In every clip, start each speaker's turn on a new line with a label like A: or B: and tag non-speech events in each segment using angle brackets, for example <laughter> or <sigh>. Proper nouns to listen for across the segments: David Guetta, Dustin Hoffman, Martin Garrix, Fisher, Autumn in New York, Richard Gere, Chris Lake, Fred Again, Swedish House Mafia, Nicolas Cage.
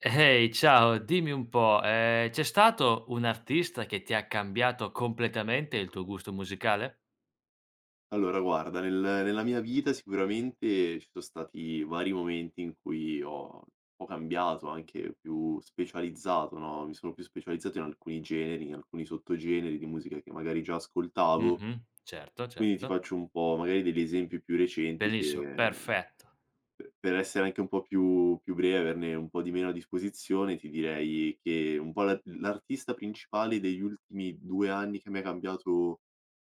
A: Ehi, ciao, dimmi un po', c'è stato un artista che ti ha cambiato completamente il tuo gusto musicale?
B: Allora guarda, nella mia vita sicuramente ci sono stati vari momenti in cui ho cambiato, anche più specializzato, no, mi sono più specializzato in alcuni generi, in alcuni sottogeneri di musica che magari già ascoltavo,
A: Mh-mh, certo,
B: quindi ti
A: certo.
B: faccio un po' magari degli esempi più recenti
A: Benissimo,
B: che
A: perfetto.
B: pe per essere anche un po' più breve, averne un po' di meno a disposizione, ti direi che un po' l'artista principale degli ultimi 2 anni che mi ha cambiato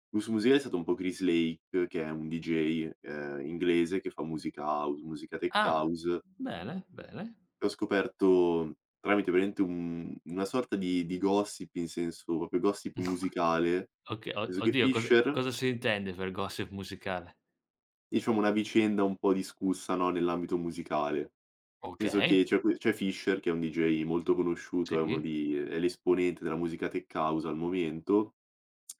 B: Gus Musile è stato un po' Chris Lake, che è un DJ, inglese che fa musica house, musica tech
A: Ah,
B: house,
A: bene, bene.
B: che ho scoperto tramite veramente un una sorta di gossip, in senso proprio gossip musicale, nel
A: Oka o
B: senso che
A: oddio, cosa
B: Fisher,
A: cosa si intende per gossip musicale?
B: diciamo, una vicenda un po' discussa, no, nell'ambito musicale. Nel senso che
A: Okay,
B: c'è Fisher che è un DJ molto conosciuto, è uno
A: sì.
B: di è l'esponente della musica tech house al momento,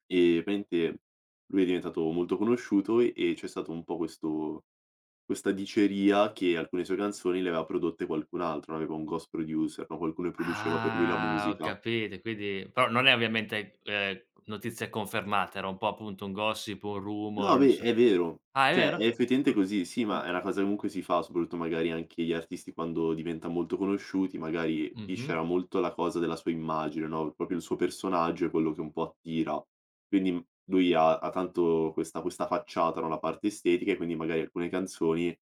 B: e praticamente lui è diventato molto conosciuto e c'è stato un po' questo Questa diceria che alcune sue canzoni le aveva prodotte qualcun altro, no, aveva un ghost producer, no, qualcuno che produceva per lui la
A: Ah, ho
B: musica.
A: capito, quindi però non è ovviamente, notizia confermata, era un po' appunto un gossip, un
B: No,
A: rumor,
B: beh,
A: inso
B: è vero.
A: ah, è
B: Cioè, è
A: vero?
B: effettivamente così, sì, ma è una cosa che comunque si fa, soprattutto magari anche gli artisti quando diventa molto conosciuti, magari Phish
A: Mh-mh,
B: era molto la cosa della sua immagine, no, proprio il suo personaggio è quello che un po' attira. Quindi, lui ha tanto questa facciata, no, la parte estetica e quindi magari alcune canzoni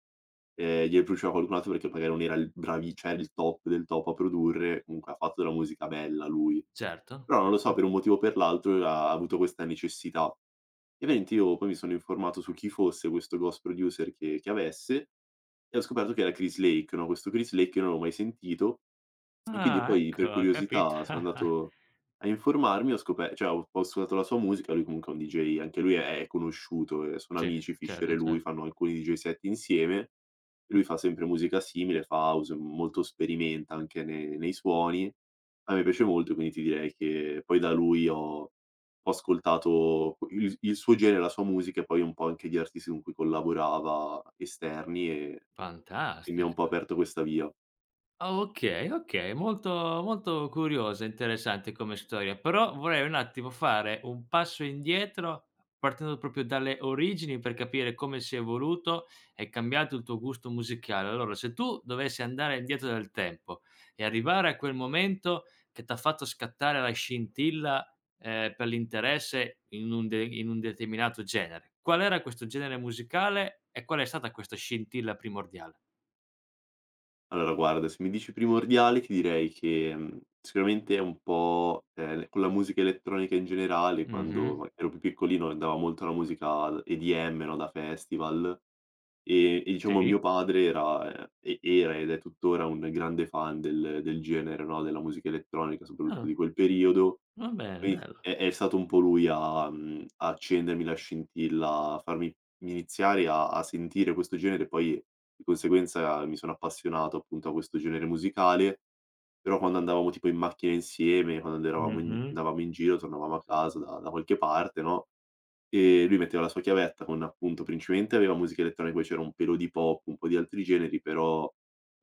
B: Glieli produceva qualcun altro perché magari non era il bravi cioè il top del top a produrre, comunque ha fatto della musica bella lui.
A: certo,
B: Però non lo so,
A: certo.
B: per un motivo o per l'altro ha avuto questa necessità. E veramente io poi mi sono informato su chi fosse questo ghost producer che avesse, e ho scoperto che era Chris Lake, no, questo Chris Lake io non l'avevo mai sentito, e quindi
A: Ah,
B: poi
A: ecco,
B: per
A: ho capito.
B: curiosità sono
A: <laughs>
B: andato a informarmi, ho scope cioè ho ascoltato la sua musica, lui comunque è un DJ, anche lui è conosciuto, sono
A: Ce
B: amici Fisher e
A: certo, cer
B: lui, fanno alcuni DJ set insieme, lui fa sempre musica simile, fa house, molto sperimenta anche ne nei suoni. A me piace molto, quindi ti direi che poi da lui ho ascoltato il suo genere, la sua musica e poi un po' anche gli artisti con cui collaborava esterni e mi ha
A: fantastic
B: un po' aperto questa via.
A: ah, okay, okay, molto molto curiosa e interessante come storia, però vorrei un attimo fare un passo indietro, partendo proprio dalle origini per capire come si è evoluto e cambiato il tuo gusto musicale. Allora, se tu dovessi andare indietro nel tempo e arrivare a quel momento che t'ha fatto scattare la scintilla, per l'interesse in un de in un determinato genere, qual era questo genere musicale e qual è stata questa scintilla primordiale?
B: Allora guarda, se mi dici primordiale ti direi che, sicuramente è un po', con la musica elettronica in generale,
A: Mh-mh.
B: quando ma ero più piccolino andava molto la musica EDM, no, da festival, e diciamo mio
A: Sì.
B: padre era ed è tuttora un grande fan del genere, no, della musica elettronica, soprattutto
A: Ah.
B: di quel periodo.
A: Va bene,
B: Quindi
A: bello.
B: è stato un po' lui a accendermi la scintilla, a farmi iniziare a sentire questo genere, poi di conseguenza mi sono appassionato appunto a questo genere musicale, però quando andavamo tipo in macchina insieme, quando eravamo in
A: Mh-mh.
B: andavamo in giro, tornavamo a casa da qualche parte, no, lui metteva la sua chiavetta con appunto principalmente aveva musica elettronica, poi c'era un pelo di pop, un po' di altri generi, però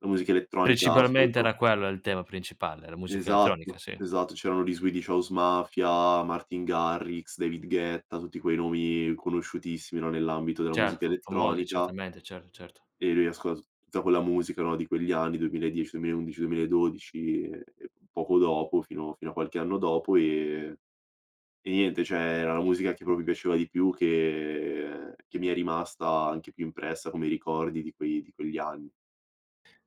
B: la musica elettronica
A: Principalmente
B: soprattutto.
A: era quello il tema principale, la musica elettronica,
B: Esatto,
A: sì.
B: esatto. C'erano gli Swedish House Mafia, Martin Garrix, David Guetta, tutti quei nomi conosciutissimi, no, nell'ambito della musica
A: Certo, famosi
B: elettronica.
A: certamente, certo, certo.
B: E lui ascolt tutta quella musica, no, di quegli anni, 2010, 2011, 2012 e poco dopo, fino a qualche anno dopo, e niente, cioè era la musica che proprio mi piaceva di più, che mi è rimasta anche più impressa come ricordi di quegli anni.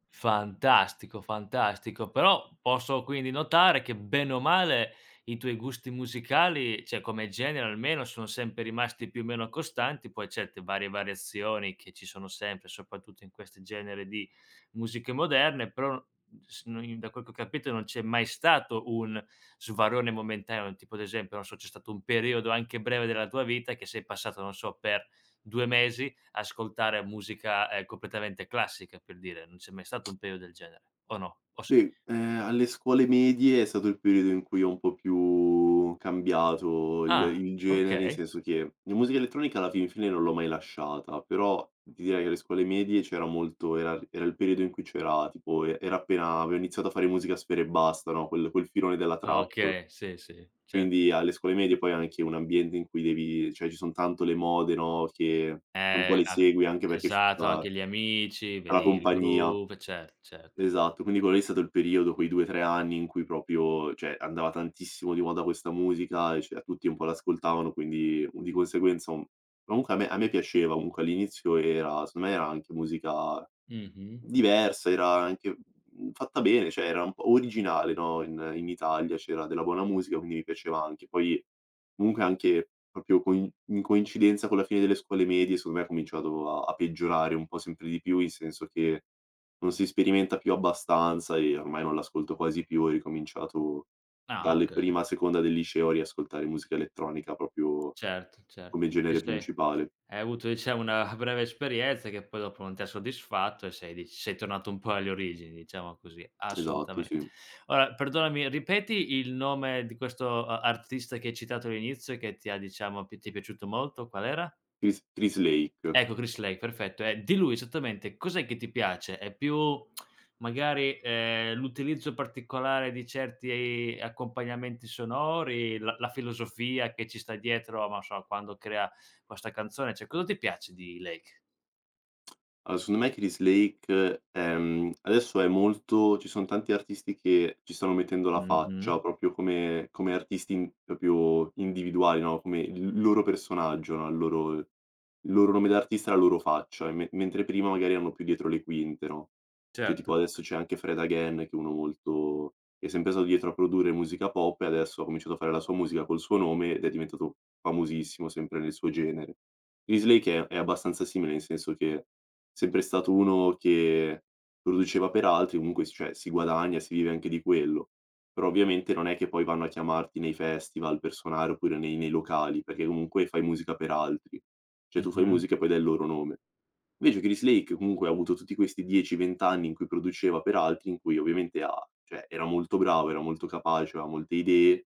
A: Fantastico, fantastico. Però posso quindi notare che bene o male i tuoi gusti musicali, cioè come genere almeno, sono sempre rimasti più o meno costanti, poi certe varie variazioni che ci sono sempre, soprattutto in questi generi di musiche moderne, però da quel che ho capito non c'è mai stato un svarone momentaneo, tipo ad esempio, non so, c'è stato un periodo anche breve della tua vita che sei passato, non so, per due mesi ascoltare musica, completamente classica, per dire, non c'è mai stato un periodo del genere, o no? O sì?
B: Sì, alle scuole medie è stato il periodo in cui ho un po' più cambiato il
A: Ah,
B: il genere, in
A: okay,
B: senso che la musica elettronica alla fin fine non l'ho mai lasciata, però ti direi che alle scuole medie c'era molto era era il periodo in cui c'era tipo era appena avevo iniziato a fare musica a sfera e basta, no, quel filone della trap.
A: okay, sì, sì, cer
B: Quindi alle scuole medie poi è anche un ambiente in cui devi cioè ci son tanto le mode, no, che un po' le
A: ac
B: segui anche perché c'è
A: esatto,
B: tutta
A: anche gli amici,
B: tutta la
A: vedi il
B: compagnia.
A: groove, certo, certo.
B: Esatto, quindi quello lì è stato il periodo, quei 2, 3 anni in cui proprio, cioè andava tantissimo di moda questa musica e cioè tutti un po' l'ascoltavano, quindi di conseguenza un comunque a me piaceva, comunque all'inizio era secondo me era anche musica
A: Mh-mh.
B: diversa, era anche, fatta bene, cioè era un po' originale, no, in Italia c'era della buona musica, quindi mi piaceva anche. Poi comunque anche proprio coincidenza con la fine delle scuole medie, secondo me ha cominciato a peggiorare un po' sempre di più, in senso che non si sperimenta più abbastanza e ormai non l'ascolto quasi più. Ho ricominciato
A: Ah,
B: dalle
A: okay,
B: prima, seconda del liceo a riascoltare musica elettronica proprio
A: certo,
B: come
A: certo. Ti
B: genere
A: sei
B: principale.
A: hai avuto diciamo una <laughs> breve esperienza che poi dopo non ti ha soddisfatto e sei tornato un po' alle origini, diciamo così,
B: Esatto,
A: assolutamente.
B: sì.
A: Ora perdonami, ripeti il nome di questo a artista che hai citato all'inizio e che ti ha diciamo pi ti è piaciuto molto, qual era?
B: Chris Lake.
A: Ecco, Chris Lake, perfetto. E di lui esattamente cos'è che ti piace? È più magari, l'utilizzo particolare di certi accompagnamenti sonori, la filosofia che ci sta dietro, ma non so, quando crea questa canzone, cioè cosa ti piace di Lake?
B: Allora, secondo me Kris Lake, adesso è molto ci son tanti artisti che ci stanno mettendo la
A: Mh-mh,
B: faccia, proprio come artisti in proprio individuali, no, come il loro personaggio, no, il loro nome d'artista e la loro faccia, e me mentre prima magari erano più dietro le quinte, no, cioè tipo
A: certo.
B: adesso c'è anche Fred Again che è sempre stato dietro a produrre musica pop e adesso ha cominciato a fare la sua musica col suo nome ed è diventato famosissimo sempre nel suo genere. Kris Lake è abbastanza simile, nel senso che sempre stato uno che produceva per altri, comunque s cioè si guadagna, si vive anche di quello. Però ovviamente non è che poi vanno a chiamarti nei festival per suonare oppure nei locali, perché comunque fai musica per altri. Cioè tu fai
A: Mh-mh,
B: musica e poi dai il loro nome. Invece Chris Lake comunque ha avuto tutti questi 10, 20 anni in cui produceva per altri, in cui ovviamente ha cioè era molto bravo, era molto capace, aveva molte idee,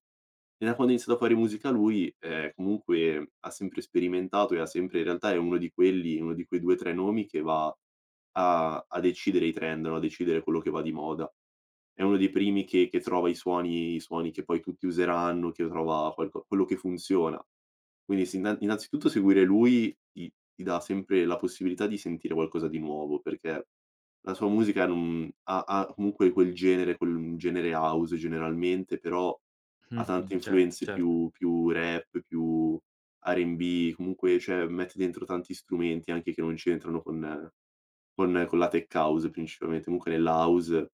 B: e da quando ha iniziato a fare musica lui, comunque ha sempre sperimentato e ha sempre in realtà è uno di quei 2, 3 nomi che va a decidere i trend, no, a decidere quello che va di moda. È uno dei primi che trova i suoni che poi tutti useranno, che trova qualco quello che funziona. Quindi sì, innanzitutto seguire lui ti dà sempre la possibilità di sentire qualcosa di nuovo, perché la sua musica non ha comunque quel genere house generalmente, però ha
A: mh-mh,
B: tante
A: certo,
B: influenze
A: certo.
B: più rap, più R&B, comunque, cioè mette dentro tanti strumenti anche che non c'entrano con la tech house principalmente, comunque nella house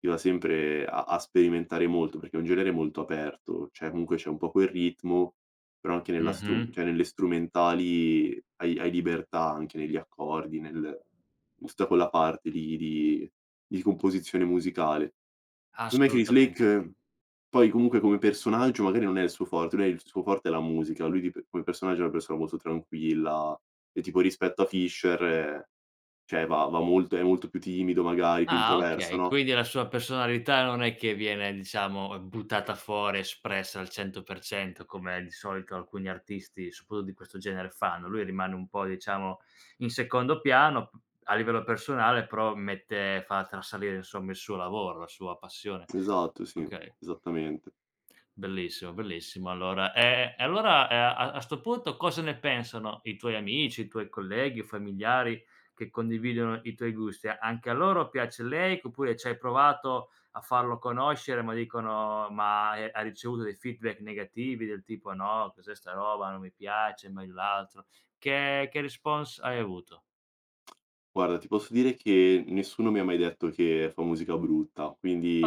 B: si va sempre a sperimentare molto, perché è un genere molto aperto, cioè comunque c'è un po' quel ritmo, però anche nella
A: Mh-mh,
B: strum cioè nelle strumentali hai libertà anche negli accordi, nel in tutta quella parte lì di composizione musicale. Secondo me Chris Lake,
A: assolutamente.
B: poi comunque come personaggio magari non è il suo forte, il suo forte è la musica, lui di pe come personaggio è una persona molto tranquilla e tipo rispetto a Fisher cioè va va molto è molto più timido magari, più
A: Ah,
B: introverso,
A: okay.
B: no,
A: Quindi la sua personalità non è che viene, diciamo, buttata fuori, espressa al 100% come di solito alcuni artisti, soprattutto di questo genere, fanno. Lui rimane un po', diciamo, in secondo piano p a livello personale, però mette fa trasalire, insomma, il suo lavoro, la sua passione.
B: esatto, sì,
A: Okay.
B: esattamente.
A: Bellissimo, bellissimo allora. E allora, a a 'sto punto cosa ne pensano i tuoi amici, i tuoi colleghi, i familiari che condividono i tuoi gusti? Anche a loro piace lei, oppure ci hai provato a farlo conoscere, ma dicono ma, hai ricevuto dei feedback negativi del tipo: "No, cos'è 'sta roba, non mi piace, meglio l'altro." Che response hai avuto?
B: Guarda, ti posso dire che nessuno mi ha mai detto che fa musica brutta,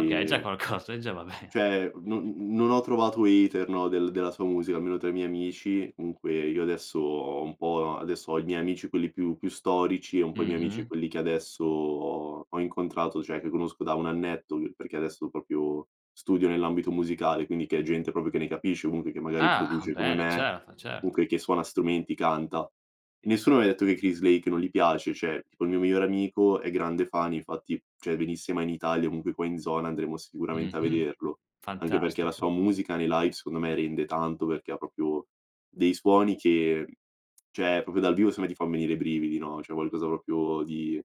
A: Okay, già qualcosa, e già va bene.
B: Cioè, non ho trovato hater, no, della sua musica, almeno tra i miei amici. Comunque io adesso ho un po' adesso ho i miei amici quelli più storici e un po' i miei amici
A: Mh-mh.
B: quelli che adesso ho incontrato, cioè che conosco da un annetto, perché adesso proprio studio nell'ambito musicale, quindi che è gente proprio che ne capisce, comunque che magari
A: Ah,
B: produce come
A: bene,
B: me,
A: certo, certo.
B: comunque che suona strumenti, canta. E nessuno mi ha detto che Chris Lake non gli piace, cioè tipo il mio migliore amico è grande fan, infatti, cioè venisse mai in Italia, comunque qua in zona andremo sicuramente a
A: Mh-mh.
B: vederlo. Anche perché la
A: Fantastico.
B: sua musica nei live secondo me rende tanto, perché ha proprio dei suoni che cioè proprio dal vivo se me ti fan venire i brividi, no, cioè qualcosa proprio di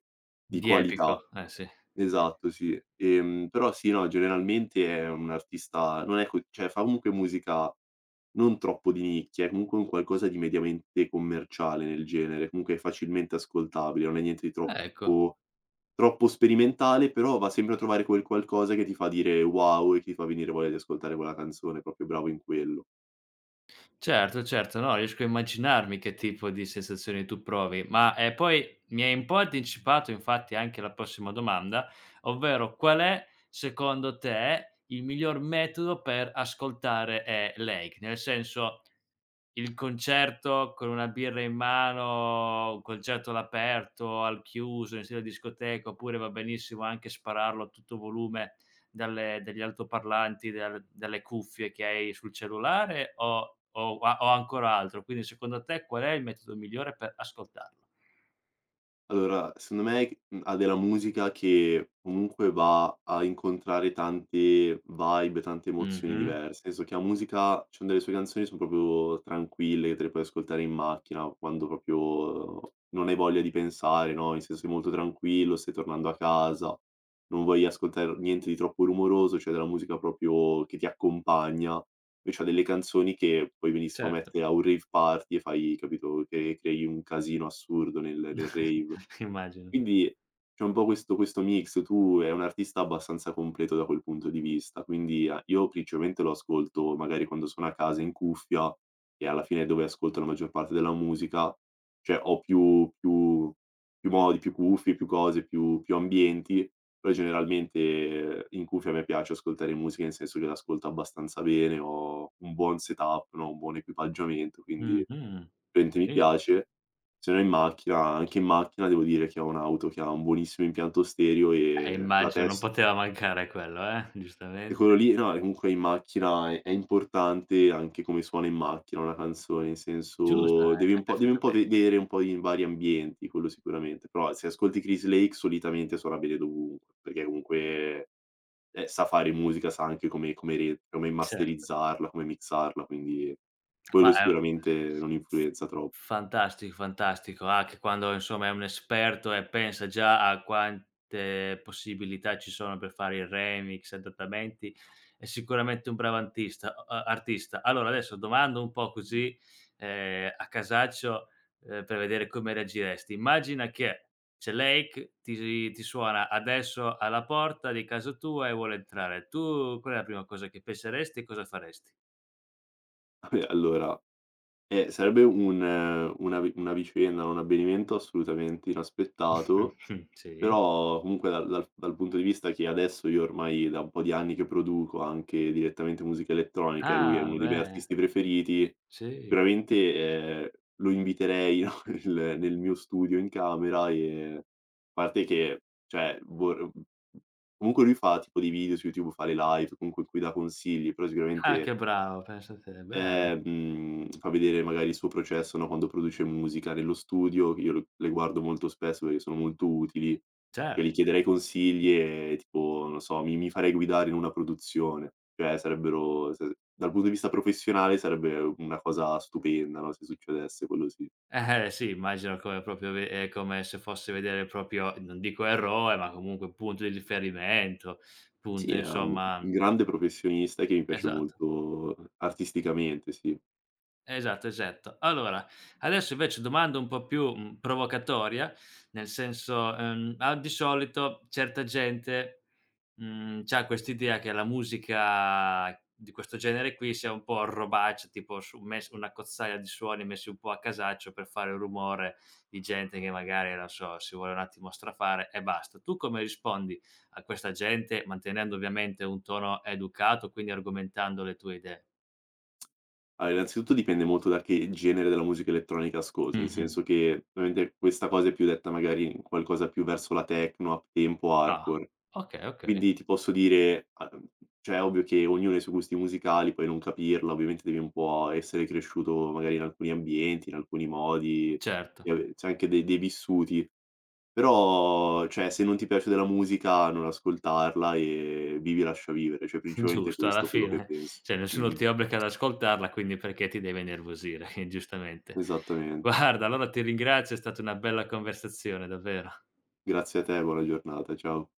B: di
A: Di
B: qualità.
A: epico, eh sì.
B: Esatto, sì. Però sì, no, generalmente è un artista non è co cioè fa comunque musica non troppo di nicchia, è comunque un qualcosa di mediamente commerciale nel genere, comunque è facilmente ascoltabile, non è niente di
A: Ecco.
B: troppo sperimentale, però va sempre a trovare quel qualcosa che ti fa dire: "Wow" e che ti fa venire voglia di ascoltare quella canzone, è proprio bravo in quello.
A: Certo, certo, no, riesco a immaginarmi che tipo di sensazioni tu provi, ma, poi mi hai un po' anticipato infatti anche la prossima domanda, ovvero qual è secondo te il miglior metodo per ascoltare, Lake? Nel senso, il concerto con una birra in mano, un concerto all'aperto, al chiuso, in stile discoteca, oppure va benissimo anche spararlo a tutto volume dalle degli altoparlanti, dalle cuffie che hai sul cellulare o ancora altro? Quindi secondo te qual è il metodo migliore per ascoltarlo?
B: Allora, secondo me, ha della musica che comunque va a incontrare tante vibe, tante emozioni
A: Mh-mh,
B: diverse. Nel senso che la musica ci son delle sue canzoni son proprio tranquille, che te le puoi ascoltare in macchina quando proprio non hai voglia di pensare, no, nel senso sei molto tranquillo, stai tornando a casa, non vuoi ascoltar niente di troppo rumoroso, c'è della musica proprio che ti accompagna. Invece ha delle canzoni che puoi benissimo
A: certo.
B: mettere a un rave party e fai capito, che crei un casino assurdo nel rave.
A: <laughs> Immagino.
B: Quindi c'è un po' questo mix, tu è un artista abbastanza completo da quel punto di vista, quindi a io principalmente lo ascolto magari quando sono a casa in cuffia, che alla fine è dove ascolto la maggior parte della musica, cioè ho più modi, più cuffie, più cose, più ambienti, però generalmente, in cuffia a me piace ascoltare musica, nel senso che l'ascolto abbastanza bene, ho un buon setup, no, un buon equipaggiamento, quindi
A: Mh-mh,
B: sicuramente mi
A: benissi
B: piace, se no in macchina, anche in macchina devo dire che ho un'auto che ha un buonissimo impianto stereo
A: eh,
B: e la
A: immagino, non
B: test
A: poteva mancare quello,
B: e
A: giustamente.
B: quello lì no, comunque in macchina è importante anche come suona in macchina una canzone, in
A: Giusta,
B: senso devi
A: è
B: un po' devi un po'
A: perfettamente giu
B: vedere un po' in vari ambienti, quello sicuramente. Però se ascolti Chris Lake solitamente suona bene dovunque, perché comunque, sa fare musica, sa anche come
A: certo,
B: masterizzarla, come mixarla, quindi
A: fa
B: quello sicuramente non influenza troppo.
A: fantastico, fantastico. Anche quando insomma è un esperto e pensa già a quante possibilità ci sono per fare i remix, adattamenti, è sicuramente un bravo antista a a artista. Allora adesso domando un po' così, a casaccio, per vedere come reagiresti. Immagina che Cellake ti suona adesso alla porta di casa tua e vuole entrare. Tu qual è la prima cosa che penseresti e cosa faresti?
B: <laughs> Allora, sarebbe un una vi una vicenda, un avvenimento assolutamente inaspettato,
A: <laughs> Sì.
B: però comunque dal punto di vista che adesso io ormai da un po' di anni che produco anche direttamente musica elettronica e lui è
A: Ah
B: uno dei miei
A: beh,
B: artisti preferiti,
A: sì.
B: sicuramente, lo inviterei, no, <laughs> nel mio studio in camera e a parte che, cioè, vor comunque lui fa tipo dei video su YouTube, fa le live, comunque in cui dà consigli, però
A: Ah,
B: sicuramente,
A: che bravo, pensa te, bello.
B: Fa vedere magari il suo processo, no, quando produce musica nello studio, io l le guardo molto spesso perché sono molto utili, cioè gli
A: Certo.
B: chiederei consigli e tipo, non so, mi farei guidare in una produzione, cioè sarebbero se dal punto di vista professionale sarebbe una cosa stupenda, no, se succedesse, quello sì.
A: Sì, immagino come proprio ve come se fosse vedere proprio, non dico eroe, ma comunque punto di riferimento,
B: Sì,
A: punto
B: è un
A: insomma
B: un grande professionista che mi piace
A: esatto,
B: molto artisticamente, sì.
A: esatto, esatto. Allora, adesso invece domanda un po' più, provocatoria, nel senso, a di solito certa gente c'ha quest'idea che la musica di questo genere qui sia un po' robaccia, tipo su mes una cozzaia di suoni messi un po' a casaccio per fare un rumore di gente che magari, non so, si vuole un attimo strafare e basta. Tu come rispondi a questa gente, mantenendo ovviamente un tono educato, quindi argomentando le tue idee?
B: Allora, innanzitutto dipende molto da che genere della musica elettronica ascolti, nel
A: Mh-mh.
B: senso che ovviamente questa cosa è più detta magari in qualcosa più verso la techno, uptempo,
A: Ah,
B: hardcore.
A: okay, okay,
B: Quindi ti posso dire, a cioè è ovvio che ognuno ha i suoi gusti musicali, puoi non capirla, ovviamente devi un po' essere cresciuto magari in alcuni ambienti, in alcuni modi,
A: certo.
B: e ave c'è anche de dei vissuti. Però, cioè se non ti piace della musica non ascoltarla e vivi e lascia vivere, cioè
A: <laughs>
B: principalmente
A: Giusto, alla
B: questo è quello che
A: fine,
B: penso.
A: cioè nessuno
B: Mh-mh.
A: ti obbliga ad ascoltarla, quindi perché ti devi innervosire, <laughs> giustamente.
B: Esattamente.
A: Guarda, allora ti ringrazio, è stata una bella conversazione, davvero.
B: Grazie a te, buona giornata, ciao.